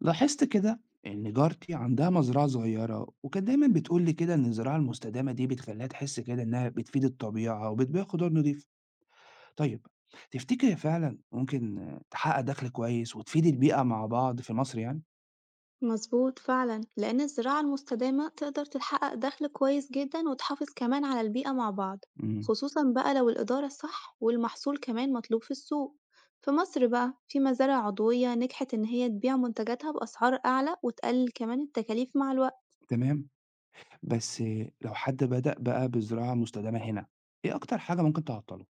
لاحظت كده إن جارتي عندها مزرعة صغيرة وكانت دايما بتقول لي كده إن الزراعة المستدامة دي بتخليها تحس كده إنها بتفيد الطبيعة وبتبيع خضار نضيف. طيب، تفتكر هي فعلا ممكن تحقق دخل كويس وتفيد البيئة مع بعض في مصر يعني؟ مظبوط فعلا لأن الزراعة المستدامة تقدر تحقق دخل كويس جدا وتحافظ كمان على البيئة مع بعض، امم خصوصا بقى لو الإدارة الصح والمحصول كمان مطلوب في السوق. في مصر بقى في مزارع عضوية نجحت إن هي تبيع منتجاتها بأسعار أعلى وتقلل كمان التكاليف مع الوقت. تمام. بس لو حد بدأ بقى بزراعة مستدامة هنا، إيه أكتر حاجة ممكن تعطله؟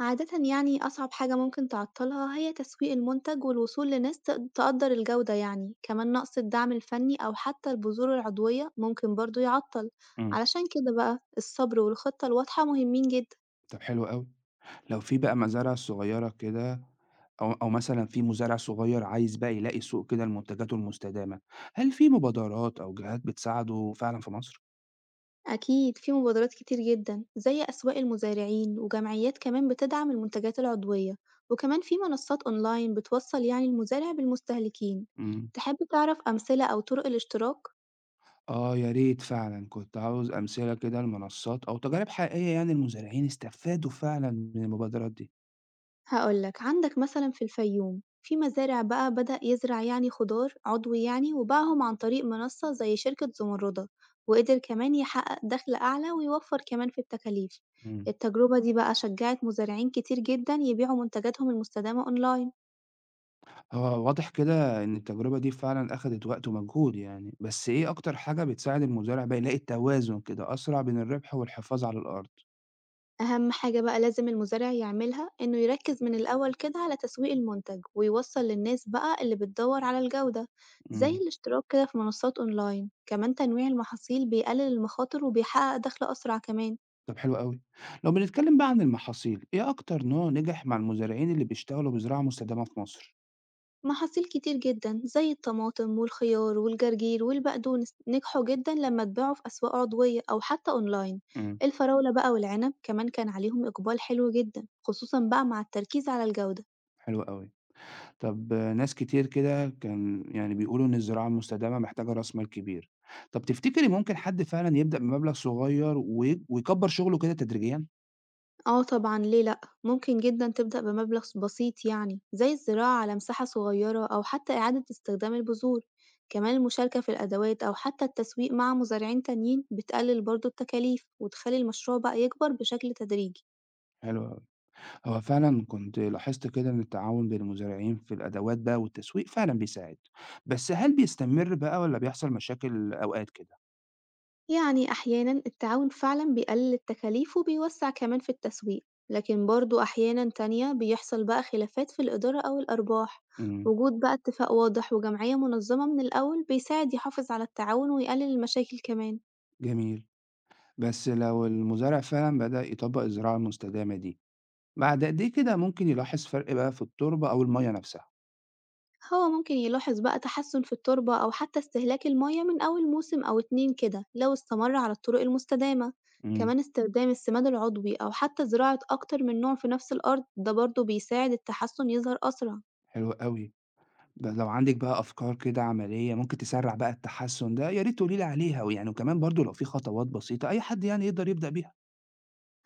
عادةً يعني أصعب حاجة ممكن تعطّلها هي تسويق المنتج والوصول لناس تقدّر الجودة يعني، كمان نقص الدعم الفني أو حتى البذور العضوية ممكن برضه يعطّل، امم علشان كده بقى الصبر والخطة الواضحة مهمين جدًا. طب حلو قوي. لو في بقى مزارع صغيرة كده، أو مثلًا في مزارع صغير عايز بقى يلاقي سوق كده لمنتجاته المستدامة، هل في مبادرات أو جهات بتساعده فعلًا في مصر؟ أكيد في مبادرات كتير جدًا زي أسواق المزارعين وجمعيات كمان بتدعم المنتجات العضوية، وكمان في منصات أونلاين بتوصّل يعني المزارع بالمستهلكين. إمم. تحب تعرف أمثلة أو طرق الاشتراك؟ آه يا ريت فعلًا، كنت عاوز أمثلة كده لمنصات أو تجارب حقيقية يعني المزارعين استفادوا فعلًا من المبادرات دي. هاقول لك عندك مثلًا في الفيوم في مزارع بقى بدأ يزرع يعني خضار عضوي يعني وباعهم عن طريق منصة زي شركة زمردة، وقدر كمان يحقق دخل أعلى ويوفر كمان في التكاليف. إمم. التجربة دي بقى شجعت مزارعين كتير جدًا يبيعوا منتجاتهم المستدامة أونلاين. هو واضح كده إن التجربة دي فعلًا أخدت وقت ومجهود يعني، بس إيه أكتر حاجة بتساعد المزارع بقى يلاقي التوازن كده أسرع بين الربح والحفاظ على الأرض؟ أهم حاجة بقى لازم المزارع يعملها إنه يركز من الأول كده على تسويق المنتج ويوصل للناس بقى اللي بتدور على الجودة، زي إمم. الاشتراك كده في منصات أونلاين. كمان تنويع المحاصيل بيقلل المخاطر وبيحقق دخل أسرع كمان. طب حلو أوي. لو بنتكلم بقى عن المحاصيل، إيه أكتر نوع نجح مع المزارعين اللي بيشتغلوا بزراعة مستدامة في مصر؟ محاصيل كتير جدا زي الطماطم والخيار والجرجير والبقدونس نجحوا جدا لما اتباعوا في أسواق عضوية أو حتى أونلاين. إمم، الفراولة بقى والعنب كمان كان عليهم إقبال حلو جدا، خصوصا بقى مع التركيز على الجودة. حلو أوي. طب ناس كتير كده كان يعني بيقولوا إن الزراعة المستدامة محتاجة راس مال كبير. طب تفتكري ممكن حد فعلًا يبدأ بمبلغ صغير ويكبّر شغله كده تدريجيًا؟ آه طبعًا، ليه لأ؟ ممكن جدًا تبدأ بمبلغ بسيط يعني، زي الزراعة على مساحة صغيرة أو حتى إعادة استخدام البذور، كمان المشاركة في الأدوات أو حتى التسويق مع مزارعين تانيين بتقلل برضه التكاليف وتخلي المشروع بقى يكبر بشكل تدريجي. حلو أوي. هو فعلًا كنت لاحظت كده إن التعاون بين المزارعين في الأدوات بقى والتسويق فعلًا بيساعد، بس هل بيستمر بقى والّا بيحصل مشاكل أوقات كده؟ يعني أحيانًا التعاون فعلًا بيقلل التكاليف وبيوسع كمان في التسويق، لكن برضه أحيانًا تانية بيحصل بقى خلافات في الإدارة أو الأرباح، إمم، وجود بقى اتفاق واضح وجمعية منظمة من الأول بيساعد يحافظ على التعاون ويقلل المشاكل كمان. جميل. بس لو المزارع فعلا بدأ يطبق الزراعة المستدامة دي، بعد قد إيه كده ممكن يلاحظ فرق بقى في التربة أو المية نفسها؟ هو ممكن يلاحظ بقى تحسن في التربة أو حتى استهلاك المية من أول موسم أو اتنين كده لو استمر على الطرق المستدامة، امم كمان استخدام السماد العضوي أو حتى زراعة أكتر من نوع في نفس الأرض ده برضه بيساعد التحسن يظهر أسرع. حلو قوي. بس لو عندك بقى أفكار كده عملية ممكن تسرع بقى التحسن ده يا ريت تقولي لي عليها ويعني وكمان برضو لو في خطوات بسيطة أي حد يعني يقدر يبدأ بيها.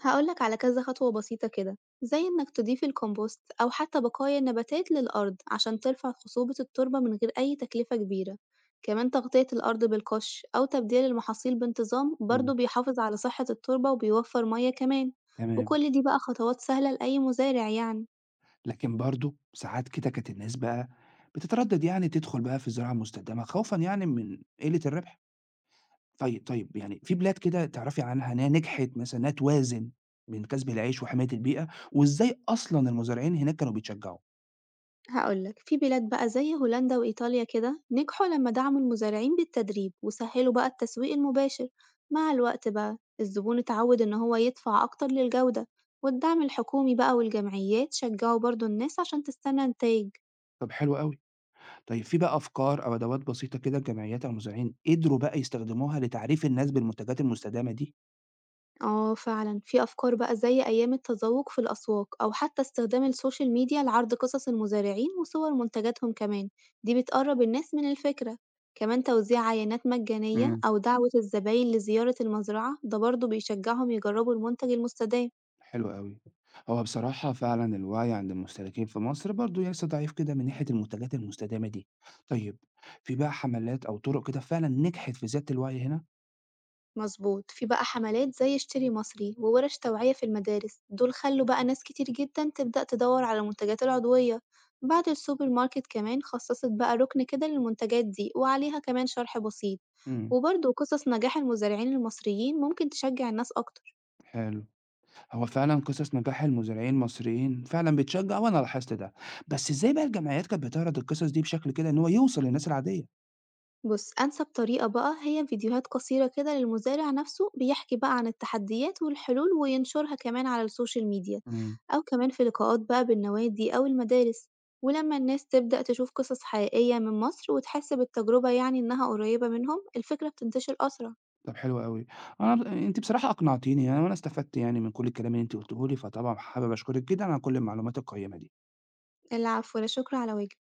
هقول لك على كذا خطوة بسيطة كده زي إنك تضيف الكومبوست أو حتى بقايا النباتات للأرض عشان ترفع خصوبة التربة من غير أي تكلفة كبيرة. كمان تغطية الأرض بالقش أو تبديل المحاصيل بانتظام برضه امم، بيحافظ على صحة التربة وبيوفر مية كمان، تمام. وكل دي بقى خطوات سهلة لأي مزارع يعني. لكن برضو ساعات كده كانت الناس بقى بتتردد يعني تدخل بقى في الزراعة المستدامة خوفا يعني من قلة الربح. طيب، يعني في بلاد كده تعرفي عنها إنها نجحت مثلًا إنها توازن بين كسب العيش وحماية البيئة، وإزاي أصلًا المزارعين هناك كانوا بيتشجعوا؟ هاقول لك، في بلاد بقى زي هولندا وإيطاليا كده نجحوا لما دعموا المزارعين بالتدريب وسهّلوا بقى التسويق المباشر، مع الوقت بقى الزبون اتعود إن هو يدفع أكتر للجودة، والدعم الحكومي بقى والجمعيات شجعوا برضه الناس عشان تستنى نتايج. طب حلو أوي، طيب في بقى أفكار أو أدوات بسيطة كده جمعيات أو مزارعين قدروا بقى يستخدموها لتعريف الناس بالمنتجات المستدامة دي؟ آه فعلًا، في أفكار بقى زي أيام التذوق في الأسواق أو حتى استخدام السوشيال ميديا لعرض قصص المزارعين وصور منتجاتهم كمان، دي بتقرب الناس من الفكرة، كمان توزيع عينات مجانية امم، أو دعوة الزباين لزيارة المزرعة ده برضه بيشجعهم يجربوا المنتج المستدام. حلو أوي. هو بصراحة فعلًا الوعي عند المستهلكين في مصر برضه لسه ضعيف كده من ناحية المنتجات المستدامة دي. طيب، في بقى حملات أو طرق كده فعلًا نجحت في زيادة الوعي هنا؟ مضبوط. في بقى حملات زي اشتري مصري وورش توعية في المدارس، دول خلّوا بقى ناس كتير جدًا تبدأ تدوّر على المنتجات العضوية. بعض السوبر ماركت كمان خصصت بقى ركن كده للمنتجات دي وعليها كمان شرح بسيط، امم، وبرضه قصص نجاح المزارعين المصريين ممكن تشجع الناس أكتر. حلو. هو فعلا قصص نجاح المزارعين المصريين فعلا بتشجع وانا لاحظت ده. بس ازاي بقى الجمعيات كانت بتعرض القصص دي بشكل كده ان هو يوصل للناس العاديه؟ بُص، أنسب طريقة بقى هي فيديوهات قصيرة كده للمزارع نفسه بيحكي بقى عن التحديات والحلول وينشرها كمان على السوشيال ميديا، امم، أو كمان في لقاءات بقى بالنوادي أو المدارس، ولما الناس تبدأ تشوف قصص حقيقية من مصر وتحس بالتجربة يعني إنها قريبة منهم، الفكرة بتنتشر أسرع. طب حلو قوي. انت بصراحه اقنعتيني يعني وانا استفدت يعني من كل الكلام اللي انت قلته لي فطبعا حابب اشكرك جدا على كل المعلومات القيمه دي. العفو، لا شكر على واجب.